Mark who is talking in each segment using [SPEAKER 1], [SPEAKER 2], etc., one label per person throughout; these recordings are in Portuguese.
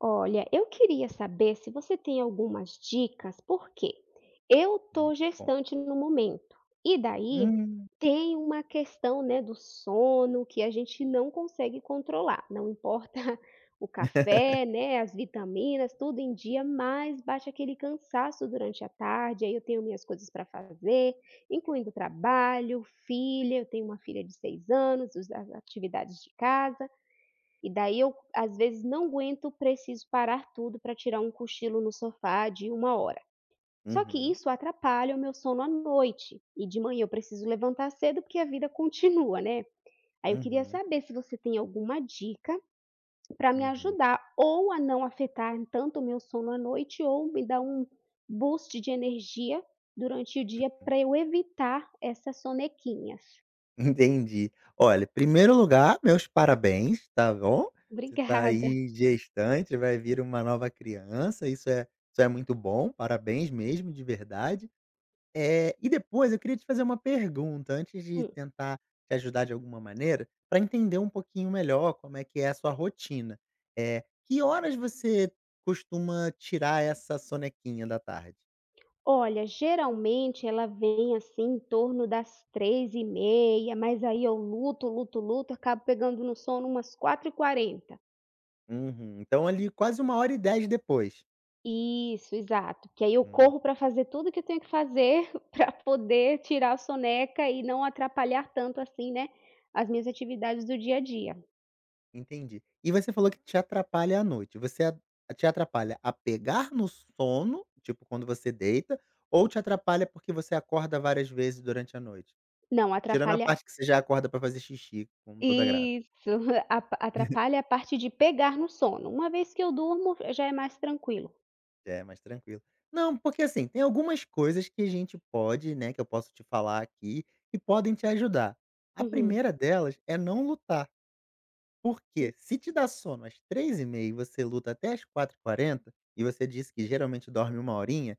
[SPEAKER 1] Olha, eu queria saber se você tem algumas dicas, porque eu
[SPEAKER 2] Hum,
[SPEAKER 1] tô
[SPEAKER 2] com
[SPEAKER 1] gestante no momento. E daí
[SPEAKER 2] hum.
[SPEAKER 1] tem uma questão, né, do sono que a gente não consegue controlar. Não importa o café, né, as vitaminas, tudo em dia, mas bate aquele cansaço durante a tarde. Aí eu tenho minhas coisas para fazer, incluindo trabalho, filha. Eu tenho uma filha de 6 anos, as atividades de casa. E daí eu, às vezes, não aguento, preciso parar tudo para tirar um cochilo no sofá de uma hora. Só que
[SPEAKER 2] Uhum,
[SPEAKER 1] isso atrapalha o meu sono à noite e de manhã eu preciso levantar cedo porque a vida continua, né. Aí eu queria
[SPEAKER 2] uhum,
[SPEAKER 1] saber se você tem alguma dica para me
[SPEAKER 2] uhum,
[SPEAKER 1] ajudar ou a não afetar tanto o meu sono à noite ou me dar um boost de energia durante o dia
[SPEAKER 2] hum.
[SPEAKER 1] para eu evitar essas sonequinhas.
[SPEAKER 2] Entendi. Olha, em primeiro lugar, meus parabéns, tá bom? Você tá
[SPEAKER 1] Obrigada.
[SPEAKER 2] aí gestante, vai vir uma nova criança, isso é muito bom, parabéns mesmo, de verdade. E depois eu queria te fazer uma pergunta, antes de
[SPEAKER 1] Hum.
[SPEAKER 2] tentar te ajudar de alguma maneira, para entender um pouquinho melhor como é que é a sua rotina. Que horas você costuma tirar essa sonequinha da tarde?
[SPEAKER 1] Olha, geralmente ela vem assim em torno das 3h30, mas aí eu luto, luto, luto, acabo pegando no sono umas 4h40.
[SPEAKER 2] Uhum. Então ali quase uma hora e dez depois.
[SPEAKER 1] Isso, exato, que aí eu
[SPEAKER 2] Hum.
[SPEAKER 1] corro para fazer tudo que eu tenho que fazer para poder tirar a soneca e não atrapalhar tanto assim, né, as minhas atividades do dia a dia.
[SPEAKER 2] Entendi. E você falou que te atrapalha à noite. Você a te atrapalha a pegar no sono, tipo quando você deita, ou te atrapalha porque você acorda várias vezes durante a noite?
[SPEAKER 1] Não,
[SPEAKER 2] Tirando a
[SPEAKER 1] atrapalha
[SPEAKER 2] parte que você já acorda pra fazer xixi, como toda grávida,
[SPEAKER 1] isso, apa atrapalha a parte de pegar no sono. Uma vez que eu durmo, já é mais tranquilo.
[SPEAKER 2] é mais tranquilo. Não, porque assim, tem algumas coisas que a gente pode, né, que eu posso te falar aqui, que podem te ajudar. A
[SPEAKER 1] Uhum,
[SPEAKER 2] primeira delas é não lutar. Porque se te dá sono às 3:30, e você luta até às 4:40 e você disse que geralmente dorme uma horinha,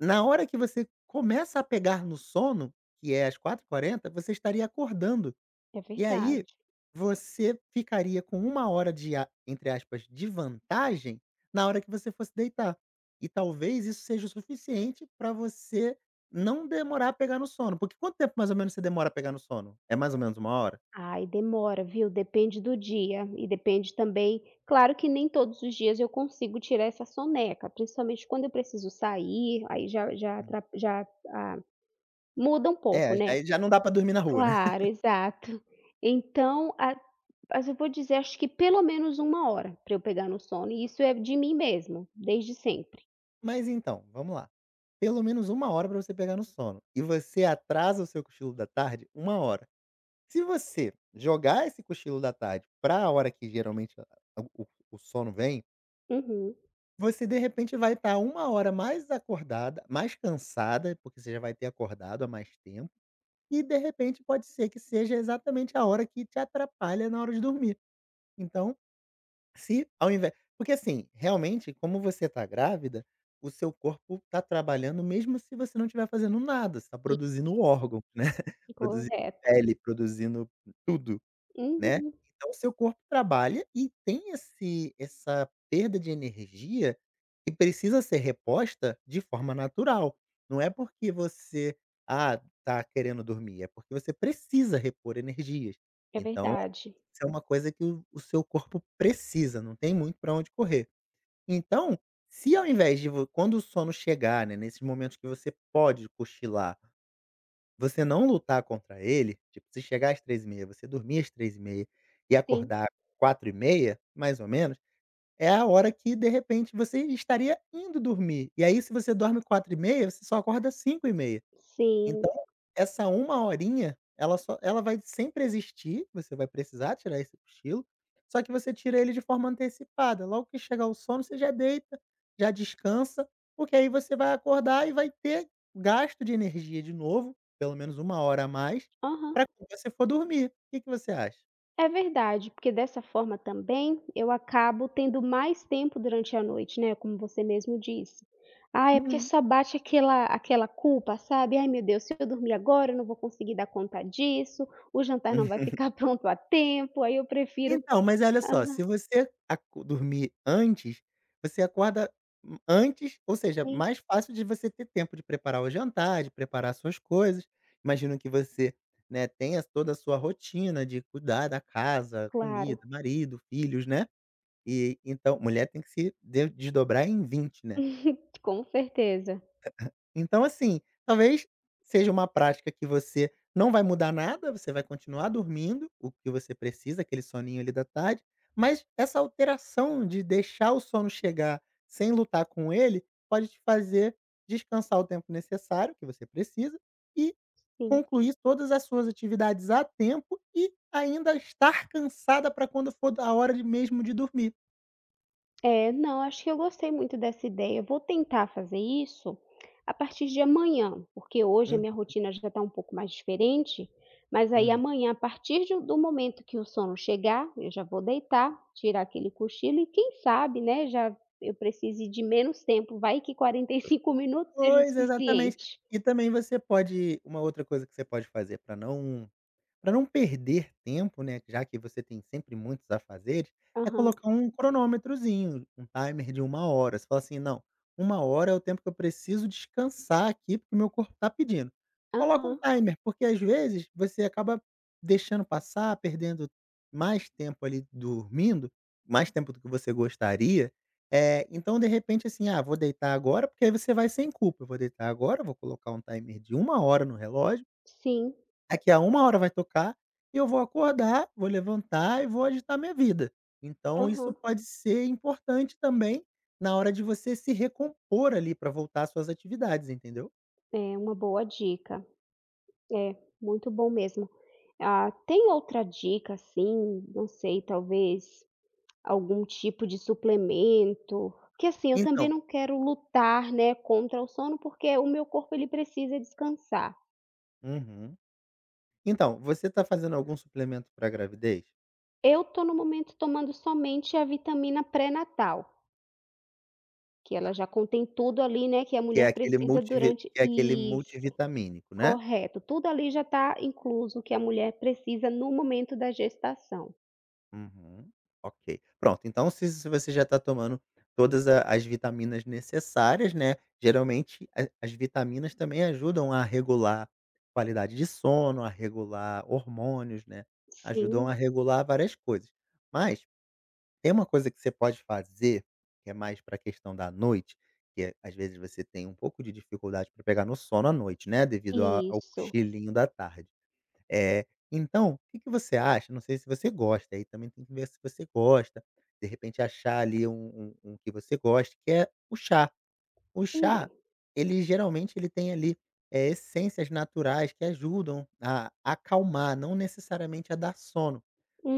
[SPEAKER 2] na hora que você começa a pegar no sono, que é às 4:40, você estaria acordando.
[SPEAKER 1] é
[SPEAKER 2] E aí,
[SPEAKER 1] verdade.
[SPEAKER 2] você ficaria com uma hora de a entre aspas, "de vantagem" na hora que você fosse deitar. E talvez isso seja o suficiente para você não demorar a pegar no sono. Porque quanto tempo mais ou menos você demora a pegar no sono? É mais ou menos uma hora?
[SPEAKER 1] Ai, demora, viu? Depende do dia e depende também, claro, que nem todos os dias eu consigo tirar essa soneca, principalmente quando eu preciso sair, aí já já
[SPEAKER 2] Hum.
[SPEAKER 1] atra já, ah, muda um pouco,
[SPEAKER 2] É,
[SPEAKER 1] né.
[SPEAKER 2] aí já não dá pra dormir na rua.
[SPEAKER 1] Claro, exato. Então, a mas eu vou dizer, acho que pelo menos uma hora para eu pegar no sono e isso é de mim mesmo, desde sempre.
[SPEAKER 2] Mas então, vamos lá. Pelo menos uma hora para você pegar no sono, e você atrasa o seu cochilo da tarde uma hora. Se você jogar esse cochilo da tarde para a hora que geralmente a o sono vem,
[SPEAKER 1] Uhum.
[SPEAKER 2] você de repente vai estar uma hora mais acordada, mais cansada, porque você já vai ter acordado há mais tempo, e de repente pode ser que seja exatamente a hora que te atrapalha na hora de dormir. Então, Se ao invés porque assim, realmente, como você tá grávida, o seu corpo tá trabalhando mesmo se você não estiver fazendo nada, você tá produzindo órgão, né,
[SPEAKER 1] Isso,
[SPEAKER 2] produzindo
[SPEAKER 1] correto.
[SPEAKER 2] pele, produzindo tudo, né.
[SPEAKER 1] Uhum.
[SPEAKER 2] Então o seu corpo trabalha e tem esse essa perda de energia que precisa ser reposta de forma natural. Não é porque você, ah, tá querendo dormir, é porque você precisa repor energias.
[SPEAKER 1] É
[SPEAKER 2] Então
[SPEAKER 1] verdade.
[SPEAKER 2] isso é uma coisa que o seu corpo precisa, não tem muito para onde correr. Então, se ao invés de vo quando o sono chegar, né, nesses momentos que você pode cochilar, você não lutar contra ele, tipo, se chegar às 3:30, você dormir às 3:30 e
[SPEAKER 1] Sim,
[SPEAKER 2] acordar 4:30, mais ou menos, é a hora que, de repente, você estaria indo dormir. E aí, se você dorme 4:30, você só acorda 5:30.
[SPEAKER 1] sim.
[SPEAKER 2] Então, essa uma horinha, ela só ela vai sempre existir, você vai precisar tirar esse cochilo, só que você tira ele de forma antecipada, logo que chegar o sono você já deita, já descansa, porque aí você vai acordar e vai ter gasto de energia de novo, pelo menos uma hora a mais,
[SPEAKER 1] Aham.
[SPEAKER 2] para quando você for dormir. O que que você acha?
[SPEAKER 1] É verdade, porque dessa forma também eu acabo tendo mais tempo durante a noite, né, como você mesmo disse. Ah, é porque
[SPEAKER 2] Uhum.
[SPEAKER 1] só bate aquela culpa, sabe? "Ai, meu Deus, se eu dormir agora, eu não vou conseguir dar conta disso, o jantar não vai ficar pronto a tempo", aí eu prefiro
[SPEAKER 2] Então, mas olha só,
[SPEAKER 1] aham,
[SPEAKER 2] se você aco dormir antes, você acorda antes, ou seja,
[SPEAKER 1] sim,
[SPEAKER 2] mais fácil de você ter tempo de preparar o jantar, de preparar suas coisas. Imagino que você, né, tenha toda a sua rotina de cuidar da casa, comida,
[SPEAKER 1] claro.
[SPEAKER 2] marido, filhos, né. E então mulher tem que se de desdobrar em 20, né.
[SPEAKER 1] Com certeza,
[SPEAKER 2] Então, assim, talvez seja uma prática que você não vai mudar nada, você vai continuar dormindo o que você precisa, aquele soninho ali da tarde, mas essa alteração de deixar o sono chegar sem lutar com ele, pode te fazer descansar o tempo necessário que você precisa e
[SPEAKER 1] sim.
[SPEAKER 2] concluir todas as suas atividades a tempo e ainda estar cansada para quando for a hora de mesmo de dormir.
[SPEAKER 1] É, não, acho que eu gostei muito dessa ideia. Vou tentar fazer isso a partir de amanhã, porque hoje a minha rotina já está um pouco mais diferente, mas aí
[SPEAKER 2] Uhum.
[SPEAKER 1] amanhã, a partir do momento que o sono chegar, eu já vou deitar, tirar aquele cochilo e quem sabe, né, já eu precise de menos tempo, vai que 45 minutos seja o
[SPEAKER 2] Pois, exatamente.
[SPEAKER 1] suficiente.
[SPEAKER 2] E também você pode uma outra coisa que você pode fazer para não perder tempo, né, já que você tem sempre muitos afazeres, é
[SPEAKER 1] Aham,
[SPEAKER 2] colocar um cronômetrozinho, um timer de uma hora. Você fala assim: "Não, uma hora é o tempo que eu preciso descansar aqui, porque o meu corpo tá pedindo". Coloca um
[SPEAKER 1] aham,
[SPEAKER 2] timer, porque às vezes você acaba deixando passar, perdendo mais tempo ali dormindo, mais tempo do que você gostaria. Então de repente, assim: "Ah, vou deitar agora", porque aí você vai sem culpa: "Eu vou deitar agora, vou colocar um timer de uma hora no relógio.
[SPEAKER 1] sim,
[SPEAKER 2] Daqui a uma hora vai tocar, e eu vou acordar, vou levantar e vou agitar minha vida". Então isso
[SPEAKER 1] aham,
[SPEAKER 2] pode ser importante também na hora de você se recompor ali para voltar às suas atividades, entendeu?
[SPEAKER 1] é uma boa dica, é muito bom mesmo. Ah, tem outra dica, assim, não sei, talvez algum tipo de suplemento, porque, assim, eu também
[SPEAKER 2] Então.
[SPEAKER 1] não quero lutar, né, contra o sono, porque o meu corpo ele precisa descansar.
[SPEAKER 2] Uhum. Então, você está fazendo algum suplemento para gravidez?
[SPEAKER 1] Eu estou no momento tomando somente a vitamina pré-natal, que ela
[SPEAKER 2] Tá.
[SPEAKER 1] já contém tudo ali, né, que a
[SPEAKER 2] Que
[SPEAKER 1] mulher
[SPEAKER 2] é aquele
[SPEAKER 1] precisa
[SPEAKER 2] multivi
[SPEAKER 1] durante.
[SPEAKER 2] que é aquele
[SPEAKER 1] Isso,
[SPEAKER 2] multivitamínico, né?
[SPEAKER 1] correto, tudo ali já está incluso o que a mulher precisa no momento da gestação.
[SPEAKER 2] Uhum. Ok. Pronto, então se você já está tomando todas a as vitaminas necessárias, né, geralmente a as vitaminas também ajudam a regular qualidade de sono, a regular hormônios, né, ajudam a
[SPEAKER 1] Sim,
[SPEAKER 2] regular várias coisas. Mas tem uma coisa que você pode fazer, que é mais para a questão da noite, que é às vezes você tem um pouco de dificuldade para pegar no sono à noite, né, devido a ao
[SPEAKER 1] isso.
[SPEAKER 2] cochilinho da tarde. É, então, o que que você acha não sei se você gosta, aí também tem que ver se você gosta, de repente achar ali um que você goste, que é o chá. O
[SPEAKER 1] Hum,
[SPEAKER 2] chá, ele geralmente ele tem ali, essências naturais que ajudam a acalmar, não necessariamente a dar sono.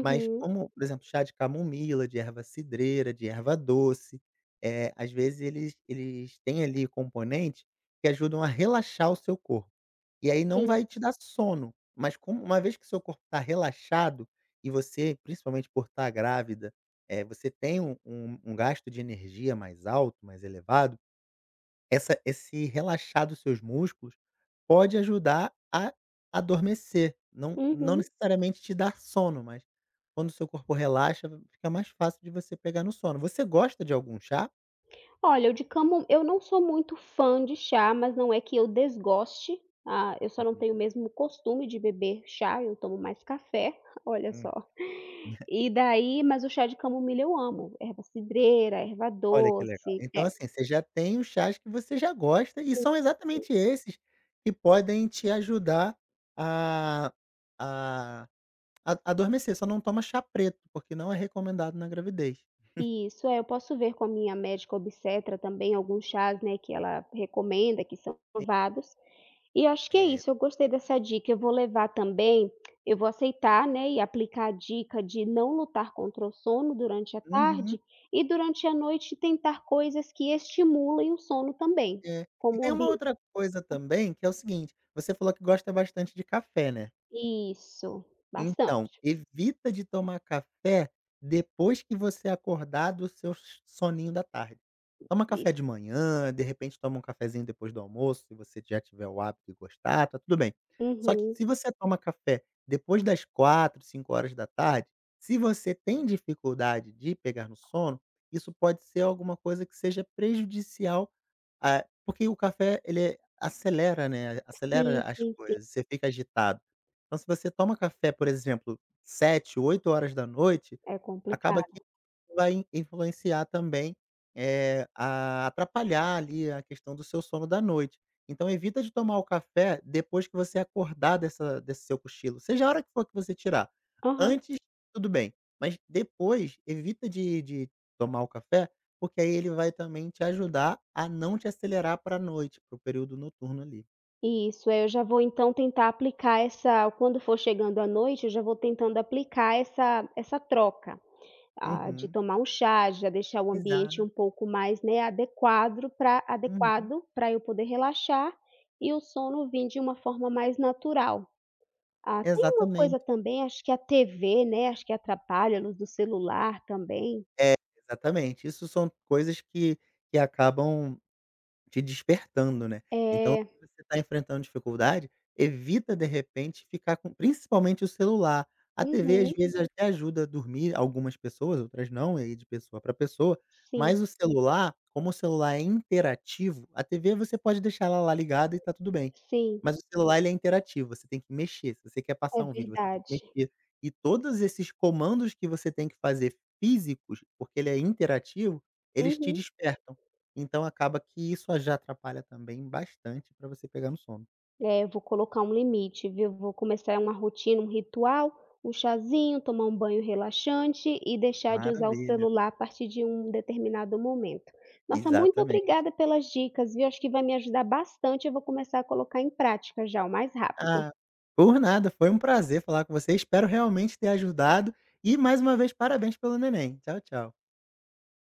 [SPEAKER 2] Mas como, por exemplo, chá de camomila, de erva cidreira, de erva doce, às vezes eles têm ali componentes que ajudam a relaxar o seu corpo. E aí não
[SPEAKER 1] sim,
[SPEAKER 2] vai te dar sono, mas como uma vez que seu corpo está relaxado e você, principalmente por estar grávida, você tem um gasto de energia mais alto, mais elevado, essa esse relaxar dos seus músculos pode ajudar a adormecer, não
[SPEAKER 1] uhum.
[SPEAKER 2] necessariamente te dar sono, mas quando o seu corpo relaxa, fica mais fácil de você pegar no sono. Você gosta de algum chá?
[SPEAKER 1] Olha, o de camo eu não sou muito fã de chá, mas não é que eu desgoste, ah, eu só não tenho
[SPEAKER 2] Uhum.
[SPEAKER 1] mesmo o costume de beber chá, eu tomo mais café, olha só.
[SPEAKER 2] Hum.
[SPEAKER 1] E daí, mas o chá de camomila eu amo, erva cidreira, erva
[SPEAKER 2] Olha que legal.
[SPEAKER 1] doce
[SPEAKER 2] Então,
[SPEAKER 1] é,
[SPEAKER 2] assim, você já tem os chás que você já gosta e são exatamente esses que podem te ajudar a a a adormecer, só não toma chá preto, porque não é recomendado na gravidez.
[SPEAKER 1] isso, é, eu posso ver com a minha médica obstetra também alguns chás, né, que ela recomenda, que são provados. E acho que é
[SPEAKER 2] É.
[SPEAKER 1] isso, eu gostei dessa dica, eu vou levar também, eu vou aceitar, né, e aplicar a dica de não lutar contra o sono durante a
[SPEAKER 2] Uhum.
[SPEAKER 1] tarde e durante a noite tentar coisas que estimulem o sono também,
[SPEAKER 2] É. E
[SPEAKER 1] como o
[SPEAKER 2] tem uma
[SPEAKER 1] ambiente.
[SPEAKER 2] outra coisa também, que é o seguinte, você falou que gosta bastante de café, né?
[SPEAKER 1] Isso, bastante.
[SPEAKER 2] Então, evita de tomar café depois que você acordar do seu s soninho da tarde. Toma café
[SPEAKER 1] Isso.
[SPEAKER 2] de manhã, de repente toma um cafezinho depois do almoço, se você já tiver o hábito e gostar, tá tudo bem. Só que
[SPEAKER 1] Uhum.
[SPEAKER 2] se você toma café depois das quatro, cinco horas da tarde, se você tem dificuldade de pegar no sono, isso pode ser alguma coisa que seja prejudicial, ah, porque o café ele acelera, né, acelera
[SPEAKER 1] Sim,
[SPEAKER 2] as
[SPEAKER 1] sim, sim.
[SPEAKER 2] coisas, você fica agitado. Então se você toma café, por exemplo, sete, oito horas da noite,
[SPEAKER 1] É
[SPEAKER 2] acaba que
[SPEAKER 1] complicado.
[SPEAKER 2] vai influenciar também, a atrapalhar ali a questão do seu sono da noite. Então evita de tomar o café depois que você acordar dessa desse seu cochilo, seja a hora que for que você tirar.
[SPEAKER 1] Aham.
[SPEAKER 2] Antes, tudo bem, mas depois evita de tomar o café, porque aí ele vai também te ajudar a não te acelerar para a noite, para o período noturno ali.
[SPEAKER 1] Isso, é, eu já vou então tentar aplicar essa quando for chegando à noite, eu já vou tentando aplicar essa troca. Ah, de
[SPEAKER 2] Uhum.
[SPEAKER 1] tomar um chá, de já deixar o ambiente
[SPEAKER 2] Exato.
[SPEAKER 1] um pouco mais, né, adequado para
[SPEAKER 2] Uhum.
[SPEAKER 1] eu poder relaxar e o sono vim de uma forma mais natural. Ah, tem uma coisa
[SPEAKER 2] Exatamente.
[SPEAKER 1] também, acho que a TV, né, acho que atrapalha, a luz do celular também.
[SPEAKER 2] É, exatamente. Isso são coisas que acabam te despertando, né. Então,
[SPEAKER 1] É.
[SPEAKER 2] se você está enfrentando dificuldade, evita de repente ficar com principalmente o celular. A TV às
[SPEAKER 1] Uhum.
[SPEAKER 2] vezes até ajuda a dormir algumas pessoas, outras não, e aí de pessoa para pessoa,
[SPEAKER 1] Sim,
[SPEAKER 2] mas o celular, como o celular é interativo, a TV você pode deixar ela lá ligada e tá tudo bem.
[SPEAKER 1] sim,
[SPEAKER 2] Mas o celular ele é interativo, você tem que mexer, se você quer
[SPEAKER 1] é
[SPEAKER 2] passar um vídeo, você tem que
[SPEAKER 1] verdade.
[SPEAKER 2] mexer. E todos esses comandos que você tem que fazer físicos, porque ele é interativo, eles te
[SPEAKER 1] Uhum.
[SPEAKER 2] despertam. Então acaba que isso já atrapalha também bastante para você pegar no sono.
[SPEAKER 1] É, eu vou colocar um limite, viu. Vou começar uma rotina, um ritual, um chazinho, tomar um banho relaxante e deixar de usar o
[SPEAKER 2] Maravilha.
[SPEAKER 1] celular a partir de um determinado momento. Nossa, muito
[SPEAKER 2] Exatamente.
[SPEAKER 1] obrigada pelas dicas, viu. Acho que vai me ajudar bastante, eu vou começar a colocar em prática já, o mais rápido.
[SPEAKER 2] Ah, por nada, foi um prazer falar com você, espero realmente ter ajudado e mais uma vez parabéns pelo neném. Tchau, tchau.